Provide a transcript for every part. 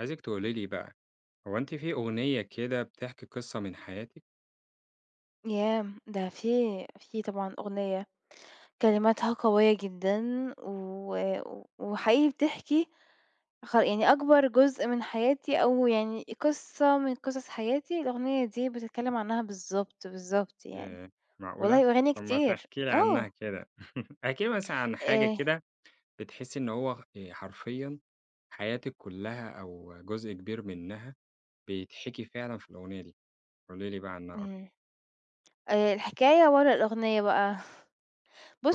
عايزِك تقولي لي بقى، هو أنتِ في أغنية كده بتحكي قصة من حياتِك؟ ياه! ده في طبعًا أغنية كلماتها قوية جدًا و وحقيقي بتحكي يعني أكبر جزء من حياتي أو يعني قصة من قصص حياتي، الأغنية دي بتتكلم عنها بالضبط، بالضبط يعني. ياه! معقولة! والله وأغاني طب ما كتير. تحكي لي عنها آه. كده، احكي لي مثلًا عن حاجة آآ كده. بتحسي إن هو حرفيًا حياتِك كلها أو جزء كبير منها بيتحكي فعلًا في الأغنية دي، قولي لي بقى عنها أكتر. إمم. الحكاية ورا الأغنية بقى.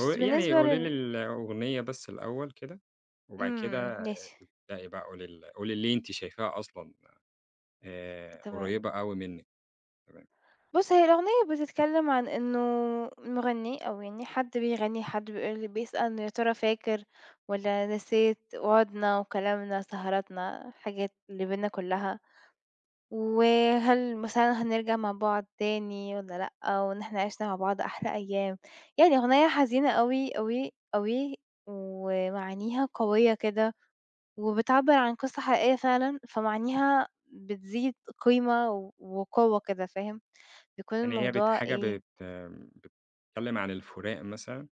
هو يعني بالنسبة قولي لي لل الأغنية بس الأول كده، وبعد كده إمم، ماشي، ابدئي بقى قولي ليه أنتِ شايفاها أصلًا تمام. قريبة أوي منِّك. بُص، هي الأغنية بتتكلّم عن إنه مغنّي أو يعني حد بيغنّي، حد بيقول بيسأل يا ترى فاكر والّا نسيت وعودنا وكلامنا، سهراتنا، الحاجات اللي بيننا كلّها، وهل مثلًا هنرجع مع بعض تاني والّا لأ، وإن إحنا عِشنا مع بعض أحلى أيام. يعني أغنية حزينة أوي، أوي، أوي، ومعانيها قوية كده وبتعبّر عن قصة حقيقية فعلًا، فمعانيها بتزيد قيمة و وقوة كده، فاهم؟ بيكون يعني هي بت الموضوع حاجة إيه. بت بتتكلم عن الفُراق مثلًا،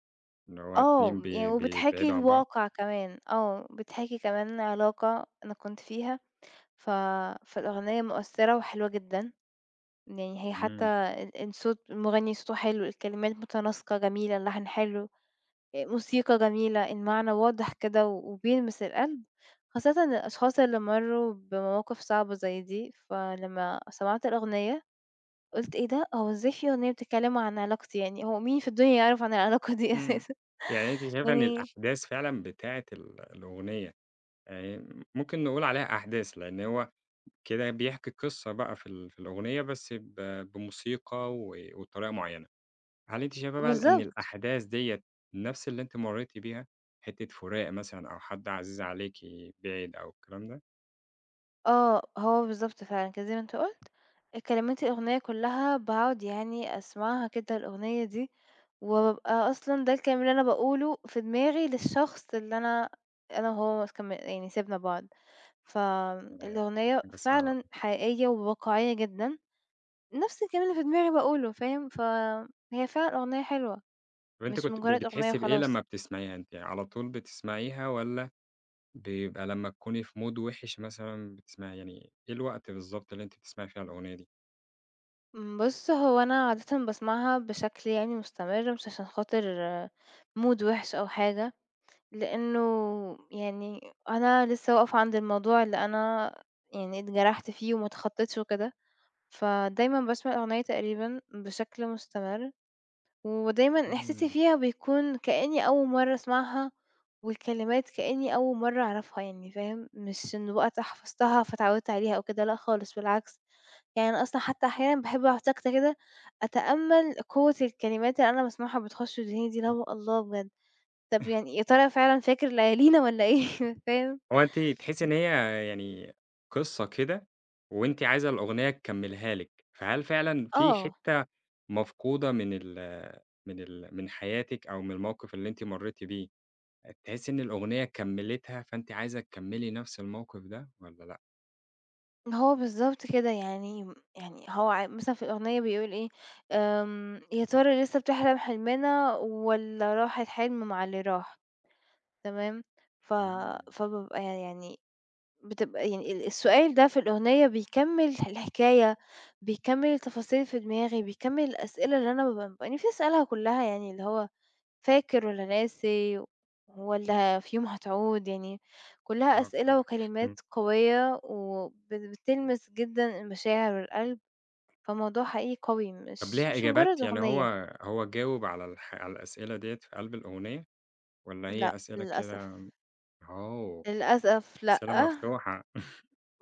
اللي هو 2 آه، يعني وبتحاكي بيبعدوا عن بعض؟ الواقع كمان، آه، بتحاكي كمان علاقة أنا كنت فيها، ف فالأغنية مؤثرة وحلوة جدًا، يعني هي حتى إمم، الصوت المغني صوته حلو، الكلمات متناسقة جميلة، اللحن حلو، موسيقى جميلة، المعنى واضح كده و- وبيلمس القلب، خاصةً الأشخاص اللي مرّوا بمواقف صعبة زي دي، فلمّا سمعت الأغنية قُلت إيه ده! هو إزاي في أغنية بتتكلم عن علاقتي يعني، هو مين في الدنيا يعرف عن العلاقة دي إمم، أساسًا؟ يعني أنتِ شايفة إن يعني الأحداث فعلًا بتاعة الأغنية، يعني ممكن نقول عليها أحداث، لإن هو كده بيحكي قصة بقى في الأغنية بس ب بموسيقى وبطريقة معيّنة. هل أنتِ شايفة بقى إن بالضبط. الأحداث ديّة نفس اللي أنتِ مرّيتِ بيها، حتّة فُراق مثلًا أو حد عزيز عليكِ بِعِد أو الكلام ده؟ آه، هو بالضبط فعلًا كده زي ما أنت قُلت، كلمات الأغنية كلّها باقعد يعني أسمعها كده الأغنية دي، وبابقى أصلًا ده الكلام اللي أنا باقوله في دماغي للشخص اللي أنا أنا وهو كم يعني سِبنا بعض، آآ، فالأغنية حاجة صعبة. فعلًا حقيقية وواقعية جدًا، نفس الكلام اللي في دماغي باقوله فاهم، فهي فعلًا أغنية حلوة، طب أنتِ مش كنتِ مجرد أغنية بتحسّي بإيه لمّا وخلاص. بتسمعيها؟ أنتِ على طول بتسمعيها والّا بيبقى لمّا تكوني في mood وِحِش مثلًا بتسمعيها؟ يعني إيه الوقت بالضبط اللي أنتِ بتسمعي فيها الأغنية دي؟ بُص هو أنا عادةً باسمعها بشكل يعني مستمر مش عشان خاطر mood وِحِش أو حاجة. لإنه يعني أنا لسه واقفة عند الموضوع اللي أنا يعني اتجرحت فيه وما اتخطيتش وكده، فدايمًا باسمع الأغنية تقريبًا بشكل مستمر، ودايمًا إحساسي إمم. فيها بيكون كإني أول مرّة أسمعها، والكلمات كإني أول مرّة أعرفها يعني فاهم، مش إنه بقى حفظتها فاتعودت عليها أو كده لأ خالص بالعكس، يعني أنا أصلًا حتى أحيانًا باحب أقعد ساكتة كده أتأمل قوة الكلمات اللي أنا باسمعها بتخش ودني دي اللي آه. هو الله بجد! طب يعني يا ترى فعلًا فاكر ليالينا والّا إيه؟ فاهم؟ هو أنتِ تحسّي إن هي يعني قصة كده وأنتِ عايزة الأغنية تكمّلها لِك، فهل فعلًا في آه، حتّة مفقودة من ال من ال من حياتِك أو من الموقف اللي أنتِ مرّيتِ بيه، تحسّي إن الأغنية كمّلتها فأنتِ عايزة تكمّلي نَفْس الموقف ده والّا لأ؟ هو بالضبط كده يعني يعني هو ع مثلًا في الأغنية بيقول إيه، يا ترى لسه بتحلم حلمنا والّا راح الحلم مع اللي راح، تمام؟ ف إمم. فبابقى يعني بتبقى يعني السؤال ده في الأغنية بيكمّل الحكاية، بيكمّل التفاصيل في دماغي، بيكمّل الأسئلة اللي أنا بابقى نفسي أسألها كلّها يعني اللي هو فاكر والّا ناسي والّا في يوم هتعود، يعني كلّها آه، أسئلة والله. وكلمات قوية وب بتلمس جدًا المشاعر والقلب، فالموضوع حقيقي قوي طب مش ليها مش إجابات؟ مجرّد يعني هو أغنية، هو جاوب على الأسئلة ديّة في قلب الأغنية والّا هي لأ أسئلة للأسف، كده؟ آه، للأسف لأ، أسئلة مفتوحة.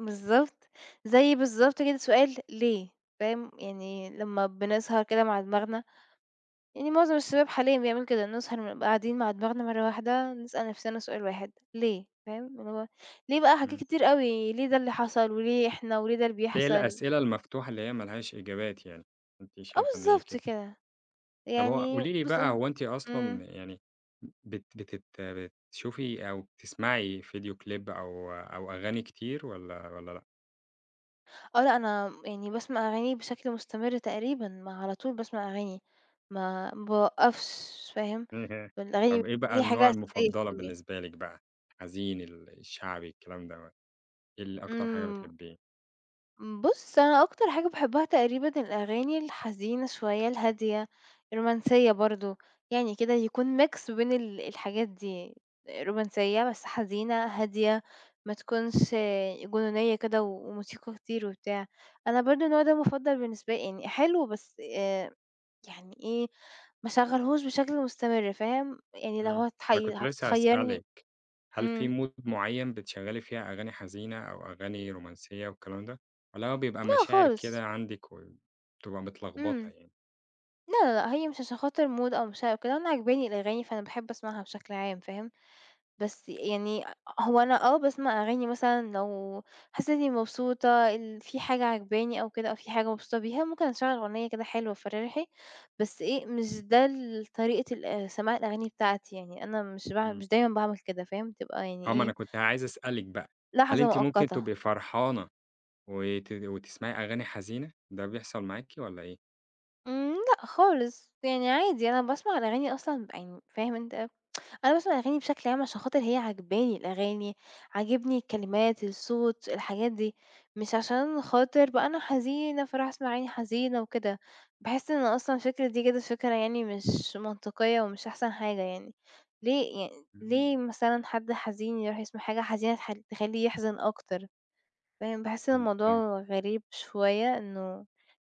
بالضبط، زي بالضبط كده سؤال ليه، فاهم، يعني لمّا بنسهر كده مع دماغنا يعني معظم الشباب حاليًا بيعملوا كده، نسهر ونبقى قاعدين مع دماغنا مرّة واحدة، نسأل نفسنا سؤال واحد ليه؟ فاهم؟ اللي هو ليه بقى حاجات إمم. كتير أوي، ليه ده اللي حصل، وليه إحنا، وليه ده اللي اللي هي بيحصل؟ الأسئلة المفتوحة اللي هي ما لهاش إجابات يعني، أنتِ آه شايفة إن هي بالضبط كده. كده، طب هو يعني قولي لي بُص. بقى هو أنتِ إمم، أصلًا يعني بت بتت بتشوفي أو بتسمعي فيديو كليب أو أغاني كتير والّا لأ؟ آه لأ أنا يعني باسمع أغاني بشكل مستمر تقريبًا، ما على طول باسمع أغاني، ما باوقّفش فاهم؟ الأغاني طب إيه بقى دي النوع حاجة أساسية في المفضلة يومي. بالنسبة لِك بقى؟ حزين، الشعبي، الكلام دوّة، إيه اللي أكتر حاجة إمم. بتحبيه؟ بُص، أنا أكتر حاجة باحبها تقريبًا الأغاني الحزينة شوية، الهادية، الرومانسية برضه، يعني كده يكون mix بين الحاجات دي، رومانسية بس حزينة، هادية، ما تكونش جنونية كده و- وموسيقى كتير وبتاع. أنا برضه النوع ده مفضل بالنسبة لي، يعني حلو بس يعني إيه، ما اشغّلهوش بشكل مستمر، فاهم؟ يعني لو إمم. أنا هتحي كنت لسه هتخيّرني. هاسألِك، هل في إمم، mood معيّن بتشغّلي فيها أغاني حزينة أو أغاني رومانسية والكلام ده، والّا هو بيبقى لأ مشاعر خالص. كده عندِك وبتبقى متلخبطة إمم. يعني؟ لا، لا، لأ، هي مش عشان خاطر mood أو مش عارف كده، أنا عاجباني الأغاني فأنا باحب أسمعها بشكل عام فاهم، بس يعني هو أنا آه، باسمع أغاني مثلًا لو حسيت إني مبسوطة، في حاجة عاجباني أو كده أو في حاجة مبسوطة بيها، ممكن أشغّل أغنية كده حلوة تفرّحي، بس إيه، مش ده طريقة سماع الأغاني بتاعتي، يعني أنا إمم. مش دايمًا باعمل كده فاهم، بتبقى يعني آه، ما أنا إيه، كنت عايز أسألِك بقى، هل لحظة أنتِ ممكن مؤقتة. تبقي فرحانة وتسمعي أغاني حزينة، ده بيحصل معاكِ والّا إيه؟ لأ خالص، يعني عادي أنا باسمع الأغاني أصلًا يعني فاهم أنت؟ أنا باسمع أغاني بشكل عام عشان خاطر هي عاجباني الأغاني، عاجبني الكلمات، الصوت، الحاجات دي، مش عشان خاطر بقى أنا حزينة فاروح أسمع أغاني حزينة وكده، باحس إن أصلًا الفكرة دي كده فكرة يعني مش منطقية ومش أحسن حاجة يعني، ليه يعني إمم، ليه مثلًا حد حزين يروح يسمع حاجة حزينة تخلّيه يحزن أكتر، فاهم؟ باحس إن إمم، فهمت. الموضوع غريب شوية إنه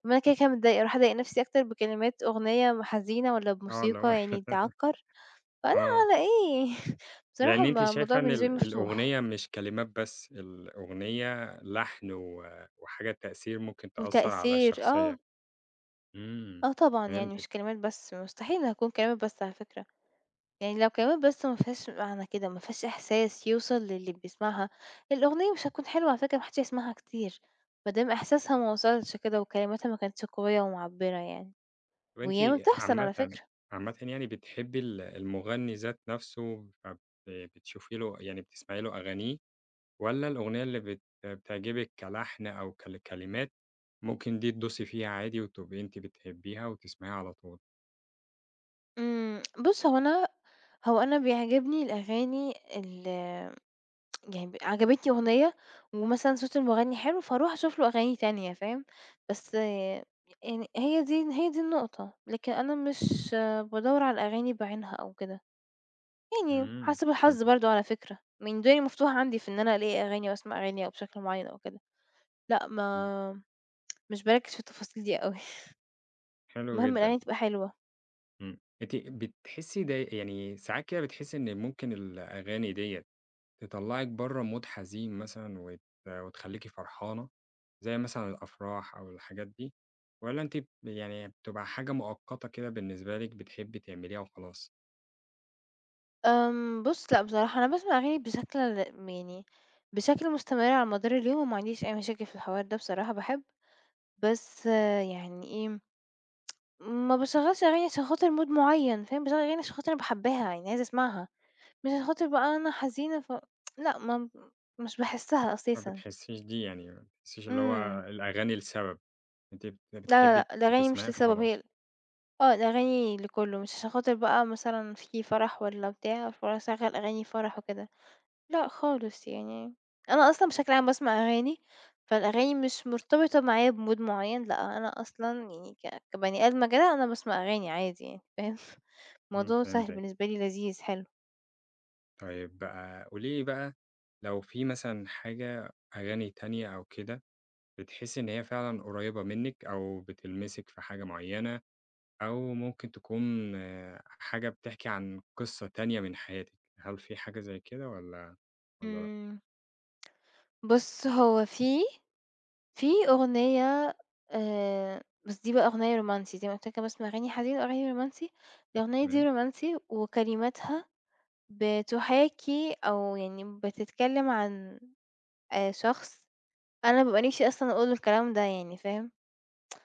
طب ما أنا كده، كده متضايقة أروح أضايق نفسي أكتر بكلمات أغنية حزينة والّا آه، اللي بموسيقى هو يعني تعكّر؟ فلأ آه، على إيه. لإن بصراحة أنتِ الموضوع شايفة إن بالنسبة لي مفتوح، الأغنية مش كلمات بس، الأغنية لحن وحاجة تأثير ممكن تأثّر على وتأثير آه، الشخصية. إمم، آه طبعًا يعني فهمتِك. مش كلمات بس، مستحيل هاكون كلمات بس على فكرة، يعني لو كلمات بس ما فيهاش معنى كده، ما فيهاش إحساس يوصل للي بيسمعها، الأغنية مش هتكون حلوة على فكرة ما حدش هيسمعها كتير، ما دام إحساسها ما وصلش كده وكلماتها ما كانتش قوية ومعبرة يعني، طب أنتِ وياما بتحصل على عامةً، فكرة. عامةً يعني بتحبّي المغني ذات نَفْسه، بتشوفي له يعني بتسمعي له أغانيه، والّا الأغنية اللي بتعجبِك كلحن أو كلمات، ممكن دي تدوسي فيها عادي وتبقي أنتِ بتحبّيها وتسمعيها على طول؟ بُص هو أنا بيعجبني الأغاني يعني عجبتني أغنية ومثلًا صوت المغني حلو، فاروح أشوف له أغاني تانية فاهم، بس آه، يعني هي دي النقطة، لكن أنا مش بادوّر على الأغاني بعينها أو كده، يعني إمم، حسب الحظ فهمتِك. برضه على فكرة، يعني الدنيا مفتوحة عندي في إن أنا ألاقي أغاني وأسمع أغاني أو بشكل معين أو كده، لأ إمم، ما مش باركّز في التفاصيل دي أوي، حلو المهم جدًا. الأغاني تبقى حلوة. إمم. أنتِ بتحسّي ده يعني ساعات كده بتحسّي إن ممكن الأغاني ديّة تطلّعِك برّه mood حزين مثلًا وتخلّيكِ فرحانة، زي مثلًا الأفراح أو الحاجات دي، والّا أنتِ يعني بتبقى حاجة مؤقتة كده بالنسبة لِك بتحبّي تعمليها وخلاص؟ بُص لأ بصراحة أنا باسمع أغاني بشكل يعني بشكل مستمر على مدار اليوم وما عنديش أي مشاكل في الحوار ده بصراحة، باحب بس آه، يعني إيه، ما باشغّلش أغاني عشان خاطر mood معيّن فاهم، باشغّل أغاني عشان خاطر أنا باحبّاها، يعني عايزة أسمعها، مش عشان خاطر بقى أنا حزينة لأ ما مش باحسّها ما أساسًا. بتحسّيش دي يعني ما بتحسّيش اللي هو إمم. الأغاني لسبب، أنتِ لا، لا، بتحبّي لأ، الأغاني مش تسمعيها لسبب فخلاص. هي آه، الأغاني لكُلّه، مش عشان خاطر بقى مثلًا في فرح والّا بتاع فاروح أشغّل أغاني فرح وكده، لأ خالص يعني. أنا أصلًا بشكل عام باسمع أغاني، فالأغاني مش مرتبطة معايا بmood معيّن، لأ أنا أصلًا يعني كبني آدمة كده أنا باسمع أغاني عادي يعني فاهم؟ إمم، الموضوع سهل فهمتِك. بالنسبة لي لذيذ حلو. طيب بقى قولي لي بقى لو في مثلًا حاجة، أغاني تانية أو كده بتحسّي إن هي فعلًا قريّبة منِّك أو بتلمسِك في حاجة معيّنة أو ممكن تكون حاجة بتحكي عن قصة تانية من حياتِك، هل في حاجة زي كده والّا لأ؟ إمم. بُص، هو في أغنية بس دي بقى أغنية رومانسي زي ما قُلت لك أنا باسمع أغاني حزين وأغاني رومانسي، الأغنية دي تمام. رومانسي وكلماتها بتحاكي أو يعني بتتكلم عن شخص أنا بابقى نفسي أصلًا أقول له الكلام ده يعني فاهم؟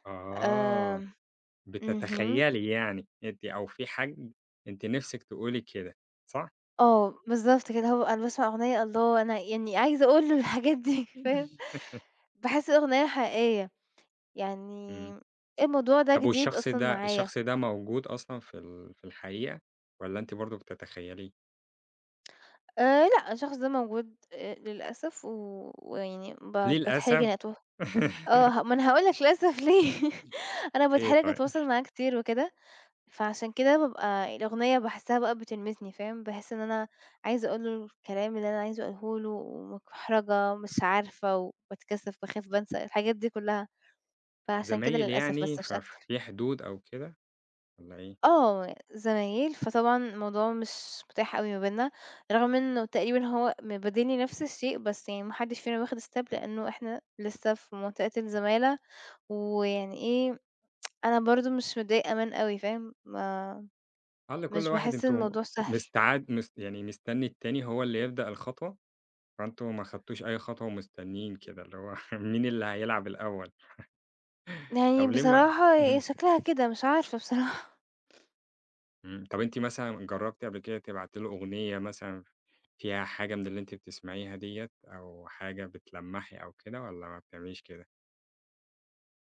آه، آمم، اهم، بتتخيلي يعني أنتِ أو في حاج أنتِ نِفْسِك تقولي كده، صح؟ آه، بالضبط كده هو أنا باسمع أغنية الله! أنا يعني عايزة أقول له الحاجات دي فاهم؟ باحس الأغنية حقيقية. إمم. يعني الموضوع ده طب جديد والشخص أصلًا ده، معايا. الشخص ده موجود أصلًا في الحقيقة والّا أنتِ برضه بتتخيليه؟ لأ، الشخص ده موجود للأسف و ويعني باتحرج للأسف. إنّي آه، ما أنا هاقول لك للأسف ليه، أنا إيه باتحرج طيب، أتواصل معاه كتير وكده، فعشان كده بابقى الأغنية باحسّها بقى بتلمسني فاهم، باحس إن أنا عايزة أقول له الكلام اللي أنا عايزة أقوله له ومتحرجة، مش عارفة وباتكسف، باخاف، بانسى، الحاجات دي كلّها، فعشان كده زمايل للأسف يعني بس مش أكتر. ففي حدود أو كده والّا إيه؟ آه، زمايل، فطبعًا الموضوع مش متاح أوي ما بيننا، رغم إنه تقريبًا هو مبادلني نفس الشيء، بس يعني ما حدش فينا واخد step لإنه إحنا لسه في منطقة الزمالة، ويعني إيه، أنا برضه مش متضايقة من أوي فاهم، ما آه، لكل مش واحد. باحس إن أنتم الموضوع سهل. مستعد يعني مستني التاني هو اللي يبدأ الخطوة، فأنتم ما خدتوش أي خطوة ومستنيين كده، اللي هو مين اللي هيلعب الأول؟ طب يعني ليه ما بصراحة هي اهم، شكلها كده مش عارفة بصراحة. إمم، طب أنتِ مثلًا جربتِ قبل كده تبعتي له أغنية مثلًا فيها حاجة من اللي أنتِ بتسمعيها ديّة، أو حاجة بتلمّحي أو كده والّا ما بتعمليش كده؟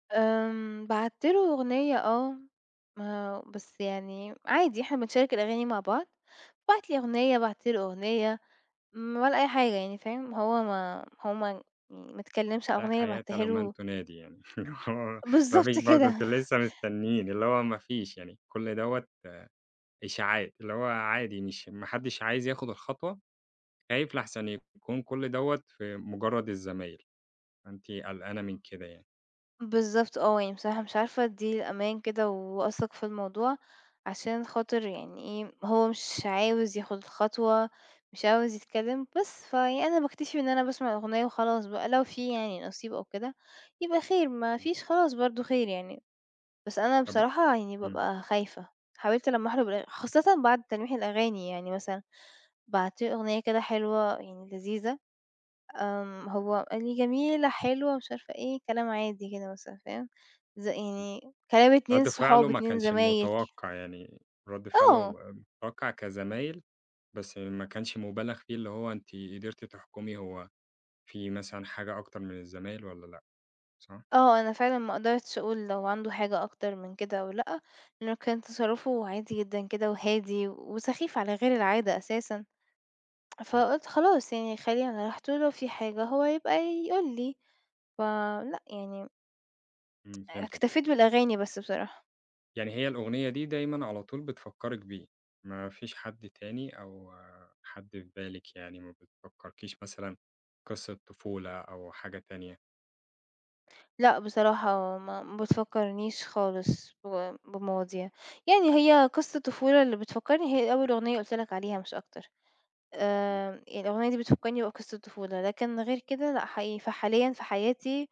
بعتّ له أغنية آه، ما بس يعني عادي إحنا بنشارك الأغاني مع بعض، بعت لي أغنية، بعت له أغنية. ولا أي حاجة يعني فاهم، هو ما يعني ما اتكلمش على لا الأغنية اللي حياة بعتها لمن له تنادي يعني، اللي هو ما فيش بالضبط برضه، كده، أنتم لسه مستنيين، اللي هو ما فيش يعني كل دوّة إشاعات، اللي هو عادي، مش ما حدش عايز ياخد الخطوة، خايف لأحسن يكون كل دوّة في مجرّد الزمايل، فأنتِ قلقانة من كده يعني. بالضبط آه، يعني بصراحة مش عارفة أدّي له أمان كده وأثق في الموضوع، عشان خاطر يعني إيه، هو مش عاوز ياخد الخطوة، مش عاوز يتكلم بس، فيعني أنا باكتفي بإن أنا باسمع الأغنية وخلاص بقى، لو في يعني نصيب أو كده يبقى خير، ما إمم، فيش خلاص برضه خير يعني، بس أنا طب بصراحة يعني إمم، بابقى خايفة، حاولت لمّا أحضر بال خاصةً بعد تلميح الأغاني يعني مثلًا بعت له أغنية كده حلوة يعني لذيذة، هو قال لي: "جميلة، حلوة،" مش عارفة إيه، كلام عادي كده مثلًا فاهم، إمم، يعني كلام 2 رَد فعله صحاب، ما 2 كانش زمايل متوقّع يعني، رَد فعله آه، متوقّع كزمايل، بس ما كانش مُبالغ فيه، اللي هو أنتِ قدرتِ تحكمي هو في مثلًا حاجة أكتر من الزمايل والّا لأ، صح؟ آه، أنا فعلًا ما قدرتش أقول لو عنده حاجة أكتر من كده أو لأ، لأنه كان تصرُّفه عادي جدًا كده وهادي وسخيف على غير العادة أساسًا، إمم، فقُلت خلاص يعني خلّيني على راحته، لو في حاجة هو يبقى يقول لي، فلأ يعني إمم، فهمتِك. اكتفيت بالأغاني بس بصراحة. يعني هي الأغنية دي دايمًا على طول بتفكّرِك بيه، ما فيش حد تاني أو حد في بالِك يعني، ما بتفكّركيش مثلًا قصة طفولة أو حاجة تانية؟ لأ بصراحة ما بتفكّرنيش خالص بمواضيع. يعني هي قصة طفولة اللي بتفكّرني هي أول أغنية قُلت لك عليها مش أكتر. الأغنية دي بتفكّرني بقصة طفولة، لكن غير كده لأ حقيقي فحاليًا في حياتي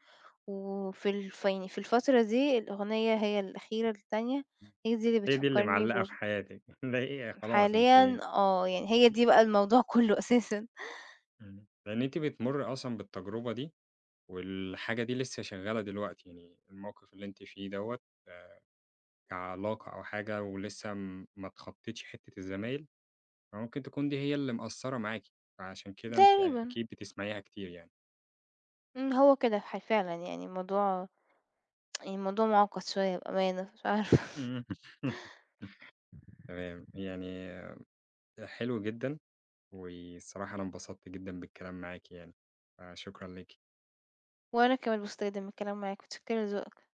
وفي الف يعني في الفترة دي الأغنية هي الأخيرة التانية، هي دي اللي هي دي اللي بتفكّرني معلّقة في حياتِك، ده هي خلاص أنتِ. حاليًا آه. يعني هي دي بقى الموضوع كُلّه أساسًا. إمم. لإن أنتِ بتمُرّي أصلًا بالتجربة دي، والحاجة دي لسه شغّالة دلوقتي، يعني الموقف اللي أنتِ فيه دوّة آآ كعلاقة أو حاجة ولسه ما اتخطّيتش حتّة الزمايل، فممكن تكون دي هي اللي مأثّرة معاكِ، فعشان كده أنتِ تقريبًا. أكيد بتسمعيها كتير يعني. هو كده فعلًا يعني الموضوع يعني الموضوع معقّد شوية بأمانة مش عارفة. إمم. تمام، يعني حلو جدًا، والصراحة أنا انبسطت جدًا بالكلام معاكِ يعني، فشكرًا ليكِ. وأنا كمان مبسوطة جدًا من الكلام معاك، متشكرة لذوقك.